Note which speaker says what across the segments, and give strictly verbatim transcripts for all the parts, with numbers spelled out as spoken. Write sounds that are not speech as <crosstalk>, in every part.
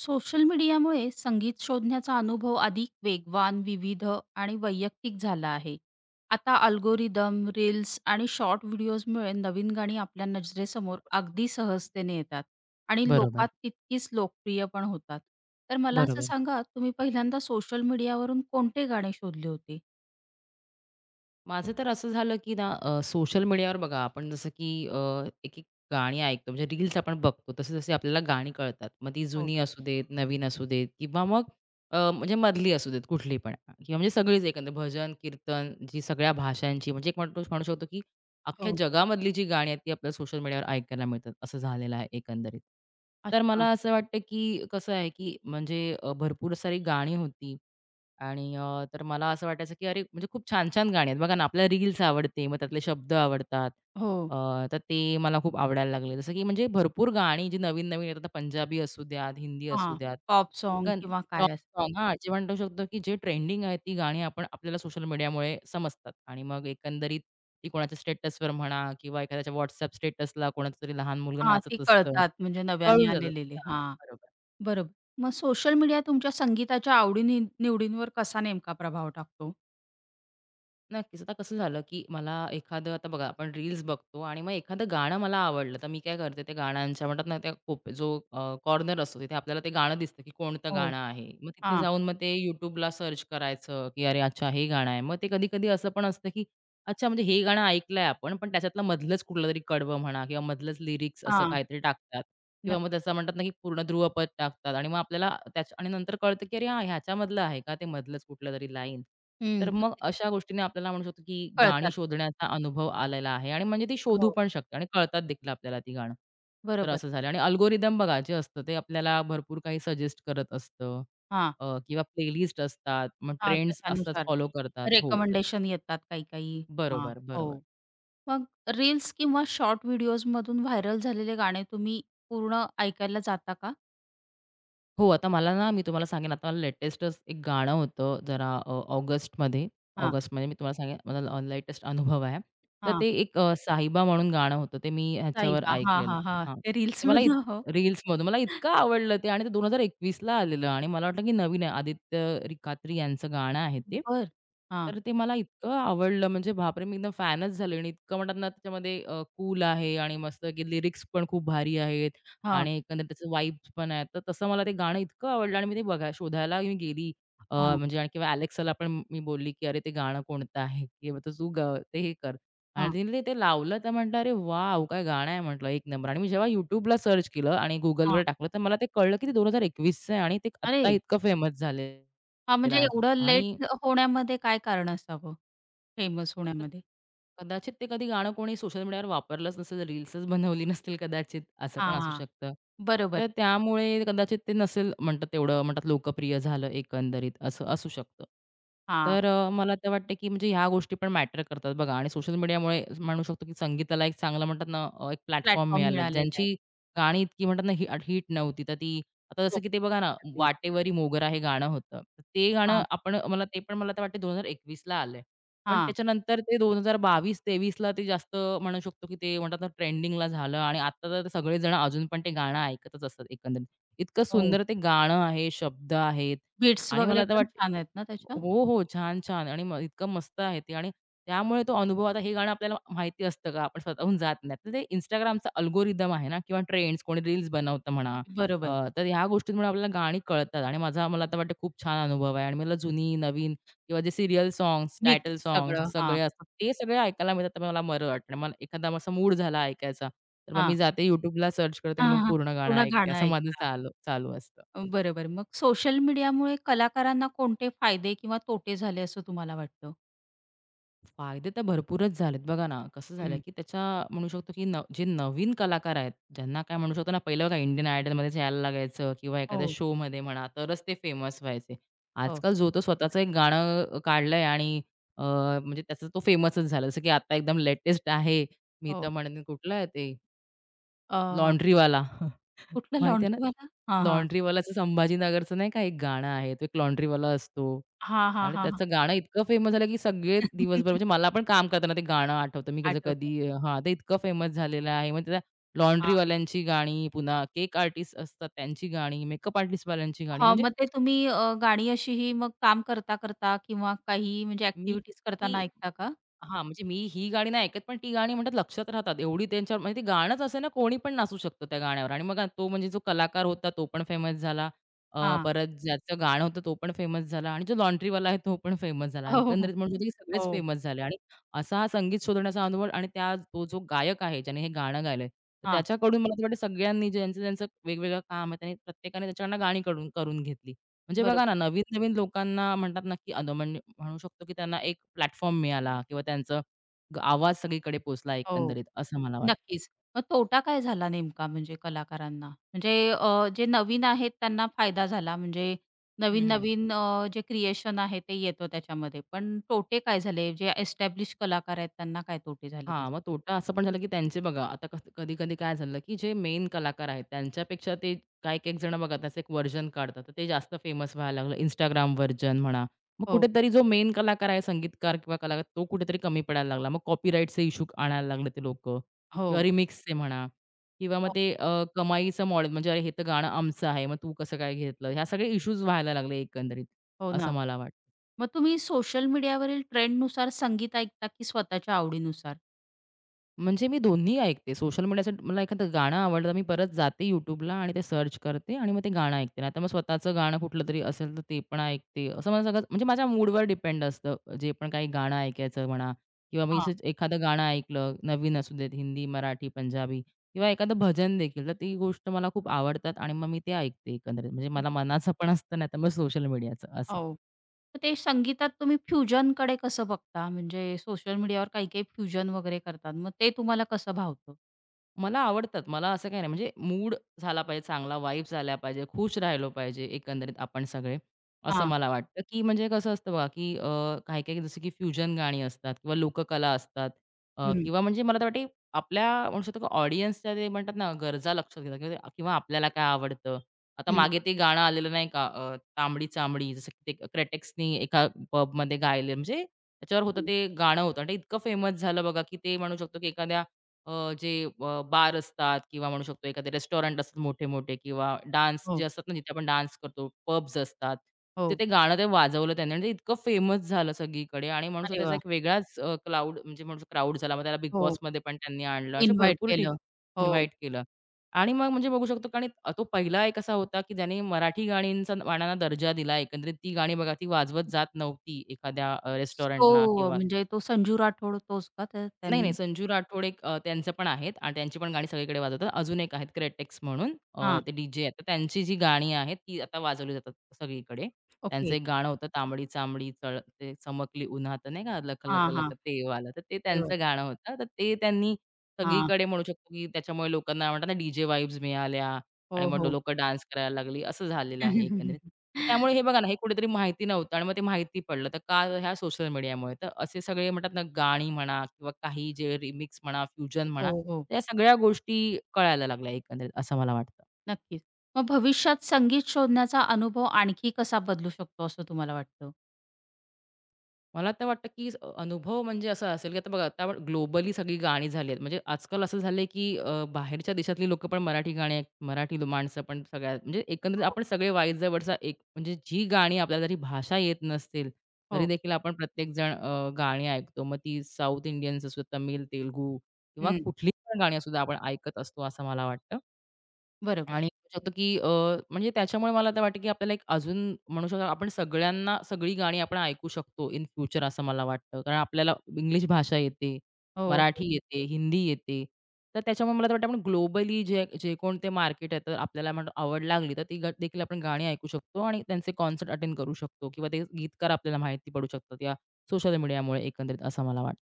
Speaker 1: Social मीडियामुळे संगीत शोधण्याचा अनुभव अधिक वेगवान, विविध आणि वैयक्तिक झाला आहे. आता अल्गोरिदम, रील्स आणि शॉर्ट व्हिडिओजमुळे नवीन गाणी आपल्या नजरेसमोर अगदी सहजतेने येतात आणि
Speaker 2: बरोबर,
Speaker 1: लोकात तितकीच लोकप्रिय पण होतात. तर मला असं
Speaker 2: बरोबर.
Speaker 1: सांगा, तुम्ही पहिल्यांदा सोशल मीडियावरून कोणते गाणे शोधले होते?
Speaker 2: माझं तर असं झालं, की ना सोशल मीडियावर बघा आपण जसं की अ, एक-एक गाणी ऐकतो म्हणजे रील्स आपण बघतो. तसे-जसे आपल्याला गाणी कळतात. मग ती
Speaker 1: हो,
Speaker 2: जुनी असू देत, नवीन असू देत किंवा मग अ, म्हणजे मधली असू देत कुठली पण किंवा म्हणजे सगळीच एकंदर भजन, कीर्तन जी सगळ्या भाषांची म्हणजे एक म्हणतो म्हणू शकतो, की अख्ख्या
Speaker 1: हो.
Speaker 2: जगामधली जी गाणी आहेत ती आपल्याला सोशल मीडियावर ऐकायला मिळतात. असं झालेलं आहे एकंदरीत. तर
Speaker 1: अच्छा.
Speaker 2: मला असं वाटतं, की कसं आहे, की म्हणजे अ, भरपूर सारी गाणी होती आणि अ, तर मला असं वाटायचं, की अरे, म्हणजे खूप छान-छान गाणी आहेत. बघा ना, आपल्याला रील्स आवडते, मग त्यातले शब्द आवडतात.
Speaker 1: हो.
Speaker 2: अ, तर ते मला खूप आवडायला लागले. जसं की म्हणजे भरपूर गाणी जी नवीन-नवीन येतात, आता पंजाबी असू द्यात, हिंदी असू
Speaker 1: हां,
Speaker 2: द्यात.
Speaker 1: पॉप सॉन्ग
Speaker 2: एकं
Speaker 1: किंवा
Speaker 2: टॉप
Speaker 1: काय असं?
Speaker 2: सॉन्ग हां, जे म्हणू शकतो, की जे ट्रेंडिंग आहेत ती गाणी आपण आपल्याला सोशल मीडियामुळे समजतात आणि मग एकंदरीत ती कोणाच्या स्टेटसवर म्हणा किंवा एखाद्याच्या WhatsApp स्टेटसला कोणाचं तरी लहान मुलगा
Speaker 1: हां, ते
Speaker 2: नाचत असतं,
Speaker 1: कळतात म्हणजे नव्याने
Speaker 2: कळून जातात.
Speaker 1: आलेले.
Speaker 2: हां,
Speaker 1: हां.
Speaker 2: बरोबर.
Speaker 1: बरोबर. मग सोशल मीडिया तुमच्या संगीताच्या आवडी नि निवडींवर कसा नेमका प्रभाव टाकतो?
Speaker 2: नक्कीच. आता कसं झालं, की मला एखादं आता बघा आपण रील्स बघतो आणि मग एखादं गाणं मला आवडलं, तर मी काय करते त्या गाण्यांच्या म्हणतात ना, त्या कोप जो अ, कॉर्नर असतो तिथे आपल्याला ते गाणं दिसतं, की कोणतं
Speaker 1: हो.
Speaker 2: गाणं आहे. मग तिथे
Speaker 1: हां,
Speaker 2: जाऊन मग ते YouTubeला सर्च करायचं, की अरे अच्छा हे गाणं आहे. मग ते कधी-कधी असं पण असतं, की अच्छा, म्हणजे हे गाणं ऐकलंय आपण, पण त्याच्यातलं मधलंच कुठलंतरी कडवं म्हणा किंवा मधलंच लिरिक्स असं
Speaker 1: हां.
Speaker 2: काहीतरी टाकतात किंवा मग
Speaker 1: नक्कीच.
Speaker 2: त्याचं म्हणतात ना, की पूर्ण ध्रुवपद टाकतात आणि मग आपल्याला त्याच्या आणि नंतर कळतं, की अरे हां, ह्याच्यामधलं आहे का ते मधलंच कुठलंतरी लाईन. तर
Speaker 1: हं.
Speaker 2: मग
Speaker 1: नक्कीच.
Speaker 2: अशा गोष्टीने आपल्याला म्हणू शकतो, की गाणी
Speaker 1: कळतात.
Speaker 2: शोधण्याचा अनुभव आलेला आहे आणि म्हणजे ती शोधू
Speaker 1: हो.
Speaker 2: पण शकते आणि कळतात देखील आपल्याला ती गाणं. तर
Speaker 1: बरोबर.
Speaker 2: असं झालं आणि अल्गोरिदम बघा जे असतं ते आपल्याला भरपूर काही सजेस्ट करत असतं
Speaker 1: हां.
Speaker 2: अ, किंवा प्लेलिस्ट असतात, मग
Speaker 1: हां.
Speaker 2: ट्रेंड्स असतात
Speaker 1: त्याच्यानुसार
Speaker 2: फॉलो करतात. हो, तर
Speaker 1: रेकमेंडेशन येतात काही-काही. हां.
Speaker 2: बरोबर, बरोबर.
Speaker 1: हो. मग रील्स किंवा शॉर्ट व्हिडिओजमधून व्हायरल झालेले गाणे तुम्ही पूर्ण ऐकायला जाता का?
Speaker 2: हो, आता मला ना, मी तुम्हाला सांगेन आता लेटेस्टच एक गाणं होतं जरा अ, ऑगस्टमध्ये,
Speaker 1: हां,
Speaker 2: ऑगस्टमध्ये मी तुम्हाला सांगेन माझा लेटेस्ट अनुभव आहे. तर
Speaker 1: हां.
Speaker 2: ते एक अ, साहिबा म्हणून गाणं होतं ते मी ह्याच्यावर
Speaker 1: साईबा. हां,
Speaker 2: ऐकलेलं.
Speaker 1: हां, हां.
Speaker 2: हां,
Speaker 1: ते
Speaker 2: ते मला इत
Speaker 1: रील्समधनं हो.
Speaker 2: रील्समधून मला इतकं आवडलं ते आणि ते 2021ला आलेलं आणि मला वाटलं की नवीन आहे. आदित्य रिकात्री यांचं गाणं आहे ते.
Speaker 1: बरं. हां,
Speaker 2: तर ते मला इतकं आवडलं म्हणजे बापरे! मी एकदम फॅनच झाले आणि इतकं म्हणतात ना त्याच्यामध्ये कूल आहे आणि मस्त की लिरिक्स पण खूप भारी आहेत.
Speaker 1: हां,
Speaker 2: आणि एकंदरीत त्याचं वाइब्स पण आहे. तर तसं मला ते गाणं इतकं आवडलं आणि मी ते बघा शोधायला मी गेली. अ,
Speaker 1: हां,
Speaker 2: म्हणजे आणि किंवा Alexaला पण मी बोलली, की "अरे, ते गाणं कोणतं आहे? किंवा तर तू ग ते हे कर." आणि
Speaker 1: हां,
Speaker 2: तिने ते ते लावलं तर म्हटलं, "अरे वॉव! काय गाणं आहे," म्हटलं, "एक नंबर." आणि मी जेव्हा YouTubeला सर्च केलं आणि Googleवर
Speaker 1: हां.
Speaker 2: टाकलं, तर मला ते कळलं, की ते 2021चं आहे आणि ते आत्ता
Speaker 1: अरे!
Speaker 2: इतकं फेमस
Speaker 1: हां,
Speaker 2: झालेलं
Speaker 1: म्हणजे
Speaker 2: आहे.
Speaker 1: एवढं
Speaker 2: आणि
Speaker 1: लेट होण्यामध्ये काय कारण असावं फेमस
Speaker 2: आता
Speaker 1: होण्यामध्ये?
Speaker 2: कदाचित ते कधी गाणं कोणी सोशल मीडियावर वापरलंच नसेल, रील्सच बनवली नसतील कदाचित, असं पण असू
Speaker 1: हां,
Speaker 2: शकतं. तर
Speaker 1: बरोबर.
Speaker 2: त्यामुळे कदाचित ते नसेल म्हणतात तेवढं म्हणतात लोकप्रिय झालं एकंदरीत असं असू शकतं.
Speaker 1: हां,
Speaker 2: तर अ, मला तर वाटतं, की म्हणजे ह्या गोष्टी पण मॅटर करतात बघा आणि सोशल मीडियामुळे म्हणू शकतो, की संगीताला एक चांगलं म्हणतात ना अ, एक प्लॅटफॉर्म
Speaker 1: प्लॅटफॉर्म
Speaker 2: मिळाला
Speaker 1: मिळालेला आहे.
Speaker 2: ज्यांची गाणी इतकी म्हणतात ना हिट नव्हती, तर ती आता जसं की ते
Speaker 1: लोकप्रिय
Speaker 2: बघा ना,
Speaker 1: ठरली आहे.
Speaker 2: वाटेवरी मोगरा हे गाणं होतं. तर ते गाणं
Speaker 1: हां,
Speaker 2: आपण मला ते पण मला तर वाटतं 2021ला आलंय. पण
Speaker 1: हां.
Speaker 2: त्याच्यानंतर ते दोन हजार बावीस तेवीस-23ला ते जास्त म्हणू शकतो, की ते म्हणतात ना ट्रेंडिंगला झालं आणि आता तर सगळेजण अजून पण ते गाणं ऐकतच असतात एकंदरीत. इतकं
Speaker 1: हो,
Speaker 2: सुंदर ते गाणं आहे, शब्द आहेत
Speaker 1: बीट्स
Speaker 2: आणि
Speaker 1: वगैरे
Speaker 2: मला तर
Speaker 1: पण
Speaker 2: वाटतं
Speaker 1: छान आहेत ना त्याच्या?
Speaker 2: हो, हो. छान, छान आणि मग इतकं मस्त आहे ते आणि त्यामुळे तो अनुभव आता हे गाणं आपल्याला माहिती असतं का? आपण स्वतःहून जात नाही. तर ते Instagramचा अल्गोरिदम आहे ना किंवा ट्रेंड्स कोणी रील्स बनवतं म्हणा.
Speaker 1: बरोबर.
Speaker 2: अ, तर ह्या गोष्टींमुळे आपल्याला गाणी कळतात आणि माझा मला तर वाटतं खूप छान अनुभव आहे आणि मला जुनी, नवीन किंवा जे सीरियल सॉन्ग्स,
Speaker 1: मिक्स
Speaker 2: टायटल
Speaker 1: सगळं.
Speaker 2: सॉन्ग्स
Speaker 1: हां,
Speaker 2: सगळे असतात ते सगळे ऐकायला मिळतात. तर मला बरं वाटतं आणि मला एखादा असा मूड झाला ऐकायचा, तर मग मी
Speaker 1: हां.
Speaker 2: जाते YouTubeला सर्च करते आणि
Speaker 1: हां,
Speaker 2: मग
Speaker 1: हां.
Speaker 2: पूर्ण गाणं
Speaker 1: पूर्ण
Speaker 2: ऐकते.
Speaker 1: गाणं
Speaker 2: असं माझं
Speaker 1: ऐकता.
Speaker 2: चालू चालू असतं.
Speaker 1: अ, बरोबर. मग सोशल मीडियामुळे कलाकारांना कोणते फायदे किंवा तोटे झाले असं तुम्हाला वाटतं?
Speaker 2: फायदे तर भरपूरच झालेत. बघा ना, कसं झालं
Speaker 1: हं.
Speaker 2: की त्याच्या म्हणू शकतो की न जे नवीन कलाकार आहेत, ज्यांना काय म्हणू शकतो ना, पहिलं बघा इंडियन आयडलमध्येच यायला लागायचं किंवा एखाद्या
Speaker 1: हो,
Speaker 2: शोमध्ये म्हणा, तरच ते फेमस व्हायचे.
Speaker 1: हो,
Speaker 2: आजकाल जो तो स्वतःचं एक गाणं काढलंय आणि अ, म्हणजे त्याचा तो फेमसच झाला. जसं की आता एकदम लेटेस्ट आहे, मी तर
Speaker 1: हो.
Speaker 2: म्हणेन कुठलं आहे ते
Speaker 1: अ,
Speaker 2: लॉन्ड्रीवाला <laughs>
Speaker 1: कुठला
Speaker 2: माहिती आहे ना?
Speaker 1: लॉन्ड्रीवाला? हां, हां.
Speaker 2: लॉन्ड्रीवालाचं संभाजीनगरचं नाही का एक गाणं आहे. तो एक लॉन्ड्रीवाला असतो
Speaker 1: हां, हां,
Speaker 2: आणि
Speaker 1: हां, हां.
Speaker 2: त्याचं गाणं इतकं फेमस झालं, की सगळे दिवसभर म्हणजे
Speaker 1: <laughs>
Speaker 2: मला पण काम करताना ते गाणं आठवतं. मी कसं
Speaker 1: आठवतं.
Speaker 2: कधी हां, ते इतकं फेमस झालेलं आहे. मग त्या
Speaker 1: हां.
Speaker 2: लॉन्ड्रीवाल्यांची गाणी, पुन्हा केक आर्टिस्ट असतात त्यांची गाणी, मेकअप आर्टिस्टवाल्यांची गाणी
Speaker 1: हां,
Speaker 2: म्हणजे
Speaker 1: मग ते तुम्ही अ, गाणी अशीही मग काम करता, करता किंवा काही म्हणजे ॲक्टिव्हिटीज करताना
Speaker 2: मी
Speaker 1: ऐकता का?
Speaker 2: हां, म्हणजे मी ही गाणी नाही ऐकत, पण ती गाणी म्हणतात लक्षात राहतात. एवढी त्यांच्यावर म्हणजे ते गाणंच असं ना, कोणी पण नाचू शकतो त्या गाण्यावर आणि मग तो म्हणजे जो कलाकार होता तो पण फेमस झाला. अ,
Speaker 1: हां.
Speaker 2: परत ज्याचं गाणं होतं तो पण फेमस झाला आणि जो लॉन्ड्रीवाला आहे तो पण फेमस झाला.
Speaker 1: हो, हो, हो.
Speaker 2: एकंदरीत म्हणू शकतो की सगळेच
Speaker 1: हो.
Speaker 2: फेमस झाले आणि असा हा संगीत शोधण्याचा अनुभव आणि त्या तो जो गायक आहे ज्याने हे गाणं गायलंय, तर
Speaker 1: हां,
Speaker 2: त्याच्याकडून मला तर वाटतं सगळ्यांनी ज्यांचं-ज्यांचं वेगवेगळं काम आहे, त्यांनी प्रत्येकाने त्याच्याकडनं गाणी कडून करून घेतली. म्हणजे बघा ना,
Speaker 1: बरोबर.
Speaker 2: नवीन-नवीन लोकांना म्हणतात ना, की अनु म्हणजे म्हणू शकतो, की त्यांना एक प्लॅटफॉर्म मिळाला किंवा त्यांचं ग आवाज सगळीकडे पोहोचला
Speaker 1: हो,
Speaker 2: एकंदरीत असं मला वाटतं.
Speaker 1: नक्कीच. मग तोटा काय झाला नेमका म्हणजे कलाकारांना? म्हणजे अ, जे नवीन आहेत त्यांना फायदा झाला म्हणजे
Speaker 2: हं, हं.
Speaker 1: नवीन-नवीन अ, जे क्रिएशन आहे ते येतं त्याच्यामध्ये. पण तोटे काय झाले? जे एस्टॅब्लिश कलाकार आहेत त्यांना काय तोटे झाले
Speaker 2: हां,
Speaker 1: त्याचे?
Speaker 2: मग तोटा असं पण झालं, की त्यांचे बघा आता कधी-कधी काय झालं, की जे मेन कलाकार आहेत त्यांच्यापेक्षा ते काही-काही जण बघा त्याचं एक व्हर्जन काढतात. तर ते जास्त फेमस व्हायला लागलं. Instagram व्हर्जन म्हणा. मग
Speaker 1: हो,
Speaker 2: कुठेतरी जो मेन कलाकार आहे, संगीतकार किंवा कलाकार तो कुठेतरी कमी पडायला लागला. मग कॉपीराइटचे इश्यू आणायला लागले ते लोकं किंवा
Speaker 1: हो,
Speaker 2: रिमिक्सचे म्हणा किंवा मग
Speaker 1: हो,
Speaker 2: ते अ, कमाईचं मॉडेल म्हणजे "अरे, हे तर गाणं आमचं आहे, मग तू कसं काय घेतलं?" ह्या सगळे इश्यूज व्हायला लागले एकंदरीत,
Speaker 1: हो
Speaker 2: असं
Speaker 1: ना.
Speaker 2: मला वाटतं.
Speaker 1: मग तुम्ही सोशल मीडियावरील ट्रेंडनुसार संगीत ऐकता की स्वतःच्या आवडीनुसार?
Speaker 2: म्हणजे मी दोन्ही ऐकते. सोशल मीडियाचं मला एखादं गाणं आवडलं, तर मी परत जाते YouTubeला आणि ते सर्च करते आणि मग ते गाणं ऐकते. नाहीतर मग स्वतःचं गाणं कुठलं तरी असेल, तर ते पण ऐकते. असं मला सगळं म्हणजे माझ्या मूडवर डिपेंड असतं. जे पण काही गाणं ऐकायचं म्हणा किंवा मी
Speaker 1: हां.
Speaker 2: असंच एखादं गाणं ऐकलं, नवीन असू देत हिंदी, मराठी, पंजाबी किंवा एखादं भजन देखील, तर ती गोष्ट मला खूप आवडतात आणि मग मी ते ऐकते एकंदरीत. म्हणजे मला मनाचं पण असतं, नाहीतर मग सोशल मीडियाचं असं.
Speaker 1: हो. तर ते संगीतात तुम्ही फ्युजनकडे कसं बघता? म्हणजे सोशल मीडियावर काही-काही फ्युजन वगैरे करतात. मग ते तुम्हाला कसं भावतं?
Speaker 2: मला आवडतात. मला असं काही नाही म्हणजे मूड झाला पाहिजे चांगला, वाइब्स आल्या पाहिजे, खुश राहिलो पाहिजे एकंदरीत आपण सगळे, असं
Speaker 1: हां.
Speaker 2: मला वाटतं, की म्हणजे कसं असतं बघा, की अ, काही-काही जसं की फ्युजन गाणी असतात किंवा लोककला असतात अ,
Speaker 1: हं,
Speaker 2: किंवा म्हणजे मला तर वाटते आपल्या म्हणू शकतो की ऑडियन्सच्या ते म्हणतात ना गरजा लक्षात घेतात किंवा ते- किंवा आपल्याला काय आवडतं. आता
Speaker 1: हं,
Speaker 2: मागे ते गाणं आलेलं नाही का अ, तांबडी-चांबडी जसं की ते क्रेटेक्सनी एका पबमध्ये गायले म्हणजे त्याच्यावर होतं
Speaker 1: हं.
Speaker 2: ते गाणं होतं आणि ते इतकं फेमस झालं बघा, की ते म्हणू शकतो की एखाद्या अ, जे अ, बार असतात किंवा म्हणू शकतो एखादे रेस्टॉरंट असतात मोठे-मोठे किंवा डान्स जे
Speaker 1: हो,
Speaker 2: असतात ना, जिथे आपण डान्स करतो, पब्स असतात. तिथे
Speaker 1: हो.
Speaker 2: ते गाणं ते वाजवलं त्यांनी आणि ते इतकं फेमस झालं सगळीकडे आणि म्हणू शकतो
Speaker 1: अरे
Speaker 2: त्याचा
Speaker 1: वाह!
Speaker 2: एक वेगळाच क्लाउड म्हणजे म्हणू शकतो क्राउड झाला. मग त्याला बिग
Speaker 1: हो,
Speaker 2: बॉसमध्ये पण त्यांनी आणलं. असे
Speaker 1: इन्व्हाईट
Speaker 2: भरपूर ठिक
Speaker 1: केलं. हो.
Speaker 2: इन्व्हाईट केलं आणि मग म्हणजे बघू शकतो कारण तो पहिला एक असा होता, की ज्याने मराठी गाणींचा गाण्यांना दर्जा दिला. एकंदरीत ती गाणी बघा ती वाजवत जात नव्हती एखाद्या
Speaker 1: तो
Speaker 2: रेस्टॉरंटला किंवा
Speaker 1: म्हणजे तो संजू राठोड तोच का त्या
Speaker 2: नाही, नाही.
Speaker 1: त्यांनी?
Speaker 2: संजू राठोड एक अ, त्यांचे पण आहेत आणि त्यांची पण गाणी सगळीकडे वाजवतात. अजून एक आहेत क्रेटेक्स म्हणून अ,
Speaker 1: हां,
Speaker 2: ते डीजे आहेत. तर त्यांची जी गाणी आहेत ती आता वाजवली जातात सगळीकडे. त्यांचं
Speaker 1: ओके.
Speaker 2: एक गाणं होतं तांबडी चांबडी चळ ते चमकली उन्हात नाही का लख, लख,
Speaker 1: हां, हां.
Speaker 2: लख ते वालं. तर ते
Speaker 1: तेव्हा.
Speaker 2: त्यांचं गाणं होतं. तर ते त्यांनी
Speaker 1: हां.
Speaker 2: सगळीकडे म्हणू शकतो, की त्याच्यामुळे लोकांना म्हणतात ना, डीजे वाइब्स मिळाल्या आणि
Speaker 1: हो,
Speaker 2: मग
Speaker 1: हो.
Speaker 2: लोकं डान्स करायला लागली, असं झालेलं आहे एकंदरीत. तर त्यामुळे हे बघा ना, हे कुठेतरी माहिती नव्हतं आणि मग ते माहिती पडलं. तर का ह्या सोशल मीडियामुळे. तर असे सगळे म्हणतात ना, गाणी म्हणा किंवा काही जे रिमिक्स म्हणा, फ्युजन
Speaker 1: हो,
Speaker 2: म्हणा,
Speaker 1: हो.
Speaker 2: तर या सगळ्या गोष्टी कळायला लागल्या एकंदरीत असं मला वाटतं.
Speaker 1: नक्कीच. मग भविष्यात संगीत शोधण्याचा अनुभव आणखी कसा बदलू शकतो असं तुम्हाला वाटतं?
Speaker 2: मला तर वाटतं की अ, अनुभव म्हणजे असा असेल की आता बघा आता ग्लोबली सगळी गाणी झाली आहेत. म्हणजे आजकाल असं झालंय की अ, बाहेरच्या देशातली लोकं पण मराठी गाणी ऐक मराठी लो- माणसं पण सगळ्यात म्हणजे एकंदरीत
Speaker 1: हो,
Speaker 2: आपण सगळे वाईजवळचा एक म्हणजे जी गाणी आपल्याला जरी भाषा येत नसतील, तरी
Speaker 1: हो.
Speaker 2: देखील आपण प्रत्येकजण अ, गाणी ऐकतो. मग ती साऊथ इंडियन्स असू, तमिळ, तेलुगू किंवा
Speaker 1: हं.
Speaker 2: कुठली पण गाणी असू दे आपण ऐकत असतो असं मला वाटतं.
Speaker 1: बरोबर.
Speaker 2: आणि म्हणू शकतो की अ, म्हणजे त्याच्यामुळे मला तर वाटतं की आपल्याला एक अजून म्हणू शकतो आपण सगळ्यांना सगळी गाणी आपण ऐकू शकतो इन फ्युचर असं मला वाटतं. कारण आपल्याला इंग्लिश भाषा येते,
Speaker 1: हो, हो.
Speaker 2: मराठी येते, हिंदी येते. तर त्याच्यामुळे मला तर वाटतं आपण ग्लोबली जे जे कोणते मार्केट आहे, तर आपल्याला म्हणतो आवड लागली तर ती ग देखील आपण गाणी ऐकू शकतो आणि त्यांचे कॉन्सर्ट अटेंड करू शकतो किंवा ते गीतकार आपल्याला माहिती पडू शकतात या सोशल मीडियामुळे एकंदरीत असं मला वाटतं.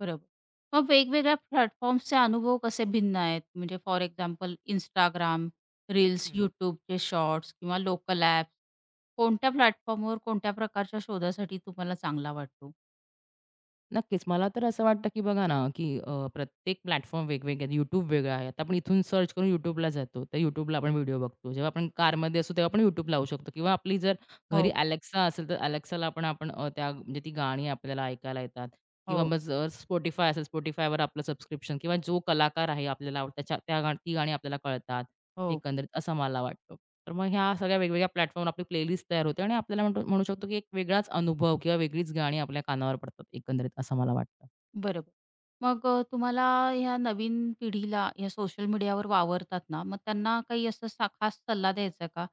Speaker 1: बरोबर. मग वेगवेगळ्या प्लॅटफॉर्म्सचे अनुभव कसे भिन्न आहेत? म्हणजे फॉर एक्झाम्पल इंस्टाग्राम, रील्स,
Speaker 2: हं.
Speaker 1: YouTubeचे शॉर्ट्स किंवा लोकल ॲप्स कोणत्या प्लॅटफॉर्मवर कोणत्या प्रकारच्या शोधासाठी तुम्हाला चांगला वाटतो?
Speaker 2: नक्कीच. मला तर असं वाटतं, की बघा ना, की अ, प्रत्येक प्लॅटफॉर्म वेगवेगळे आहेत. YouTube वेगळा आहे. आता आपण इथून सर्च करून YouTubeला जातो. तर YouTubeला आपण व्हिडिओ बघतो. जेव्हा आपण कारमध्ये असू तेव्हा आपण YouTube लावू शकतो किंवा आपली जर घरी
Speaker 1: हो,
Speaker 2: Alexa असेल, तर Alexaला पण आपण अ, त्या म्हणजे ती गाणी आपल्याला ऐकायला येतात किंवा
Speaker 1: हो,
Speaker 2: मग जर Spotify असेल, Spotifyवर आपलं सबस्क्रिप्शन किंवा जो कलाकार आहे आपल्याला आवडतं त्याच्या त्या गा- ती गाणी आपल्याला कळतात.
Speaker 1: हो.
Speaker 2: एकंदरीत असं मला वाटतं. तर मग ह्या सगळ्या वेगवेगळ्या प्लॅटफॉर्मवर आपली प्लेलिस्ट तयार होते आणि आपल्याला म्हणतो म्हणू शकतो की एक वेगळाच अनुभव किंवा वेगळीच गाणी आपल्या कानावर पडतात एकंदरीत असं मला वाटतं.
Speaker 1: बरोबर. मग अ, तुम्हाला ह्या नवीन पिढीला ह्या सोशल मीडियावर वावरतात ना, मग त्यांना काही असं सा खास सल्ला द्यायचा का?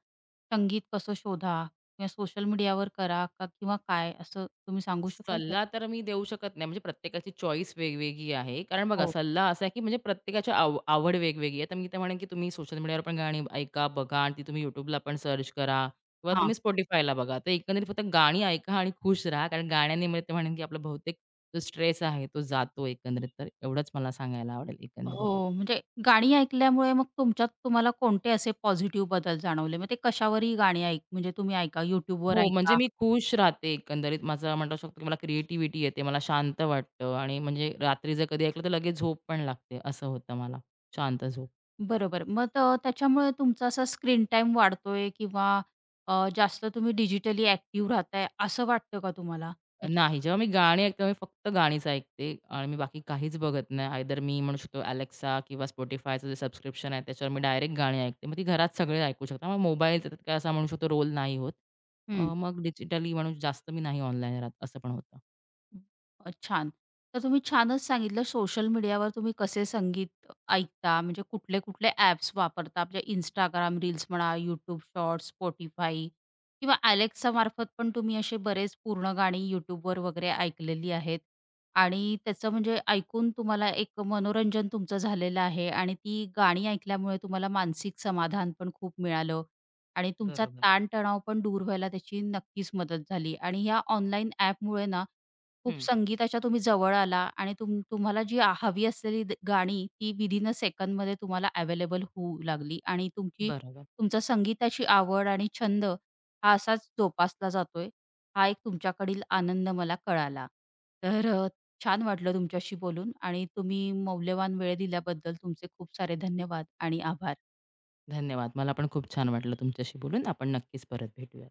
Speaker 1: संगीत कसं शोधा किंवा सोशल मीडियावर करा का किंवा काय असं तुम्ही सांगू शकाल? त्या-
Speaker 2: सल्ला तर मी देऊ शकत नाही म्हणजे प्रत्येकाची चॉईस वेगवेगळी आहे. कारण बघा
Speaker 1: हो.
Speaker 2: सल्ला असा आहे की म्हणजे प्रत्येकाची आव आवड वेगवेगळी आहे. तर मी तर म्हणेन की तुम्ही सोशल मीडियावर पण गाणी ऐका, बघा आणि ती तुम्ही YouTubeला पण सर्च करा किंवा तुम्ही Spotifyला बघा. तर एकंदरीत फक्त गाणी ऐका आणि खुश राहा. कारण गाण्याने मी तर म्हणेन की आपला बहुतेक जो स्ट्रेस आहे तो जातो एकंदरीत. तर एवढंच मला सांगायला आवडेल एकंदरीत.
Speaker 1: हो, म्हणजे गाणी ऐकल्यामुळे मग तुमच्यात तुम्हाला कोणते असे पॉझिटिव्ह बदल जाणवले? मग ते कशावरही गाणी ऐक म्हणजे तुम्ही ऐका, YouTubeवर
Speaker 2: हो, म्हणजे
Speaker 1: ऐका.
Speaker 2: मी खुश राहते एकंदरीत. माझं म्हणू शकतो, की मला क्रिएटिव्हिटी येते, मला शांत वाटतं आणि म्हणजे रात्री जर कधी ऐकलं तर लगेच झोप पण लागते. असं होतं मला, शांत झोप.
Speaker 1: बरोबर. मग त त्याच्यामुळे तुमचा असा स्क्रीन टाईम वाढतोय किंवा अ, जास्त तुम्ही डिजिटली ॲक्टिव्ह राहताय असं वाटतं का तुम्हाला? त्याच्या
Speaker 2: नाही, जेव्हा मी गाणी ऐकते, मी फक्त गाणीच ऐकते आणि मी बाकी काहीच बघत नाही. आयदर मी म्हणू शकतो Alexa किंवा Spotifyचं जे सबस्क्रिप्शन आहे, त्याच्यावर मी डायरेक्ट गाणी ऐकते. मग ती घरात सगळे ऐकू शकतात. मग मोबाईलचा त्यात काय असा म्हणू शकतो रोल नाही होत. अ, मग डिजिटली म्हणून जास्त मी नाही ऑनलाईन राहत, असं पण होतं.
Speaker 1: अ, छान. तर तुम्ही छानच सांगितलं सोशल मीडियावर तुम्ही कसे संगीत ऐकता, म्हणजे कुठले-कुठले ॲप्स वापरता? म्हणजे Instagram रील्स म्हणा, YouTube शॉर्ट्स, Spotify किंवा Alexaमार्फत पण तुम्ही असे बरेच पूर्ण गाणी YouTubeवर वगैरे ऐकलेली आहेत आणि त्याचं म्हणजे ऐकून तुम्हाला एक मनोरंजन तुमचं झालेलं आहे आणि ती गाणी ऐकल्यामुळे तुम्हाला मानसिक समाधान पण खूप मिळालं आणि तुमचा
Speaker 2: बरोबर.
Speaker 1: ताण पण दूर व्हायला त्याची नक्कीच मदत झाली आणि ह्या ऑनलाईन ॲपमुळे ना खूप
Speaker 2: हं.
Speaker 1: संगीताच्या तुम्ही जवळ आला आणि तुम तुम्हाला जी आ- हवी असलेली द- गाणी ती विदिन अ सेकंदमध्ये तुम्हाला अवेलेबल होऊ लागली आणि तुमची
Speaker 2: बरोबर.
Speaker 1: तुमचा संगीताची आवड आणि छंद हा असाच जोपासला जातोय हा एक तुमच्याकडील आनंद मला कळाला तर अ, छान वाटलं तुमच्याशी बोलून आणि तुम्ही मौल्यवान वेळ दिल्याबद्दल तुमचे खूप सारे धन्यवाद आणि आभार
Speaker 2: धन्यवाद. मला पण खूप छान वाटलं तुमच्याशी बोलून. आपण नक्कीच परत भेटूया.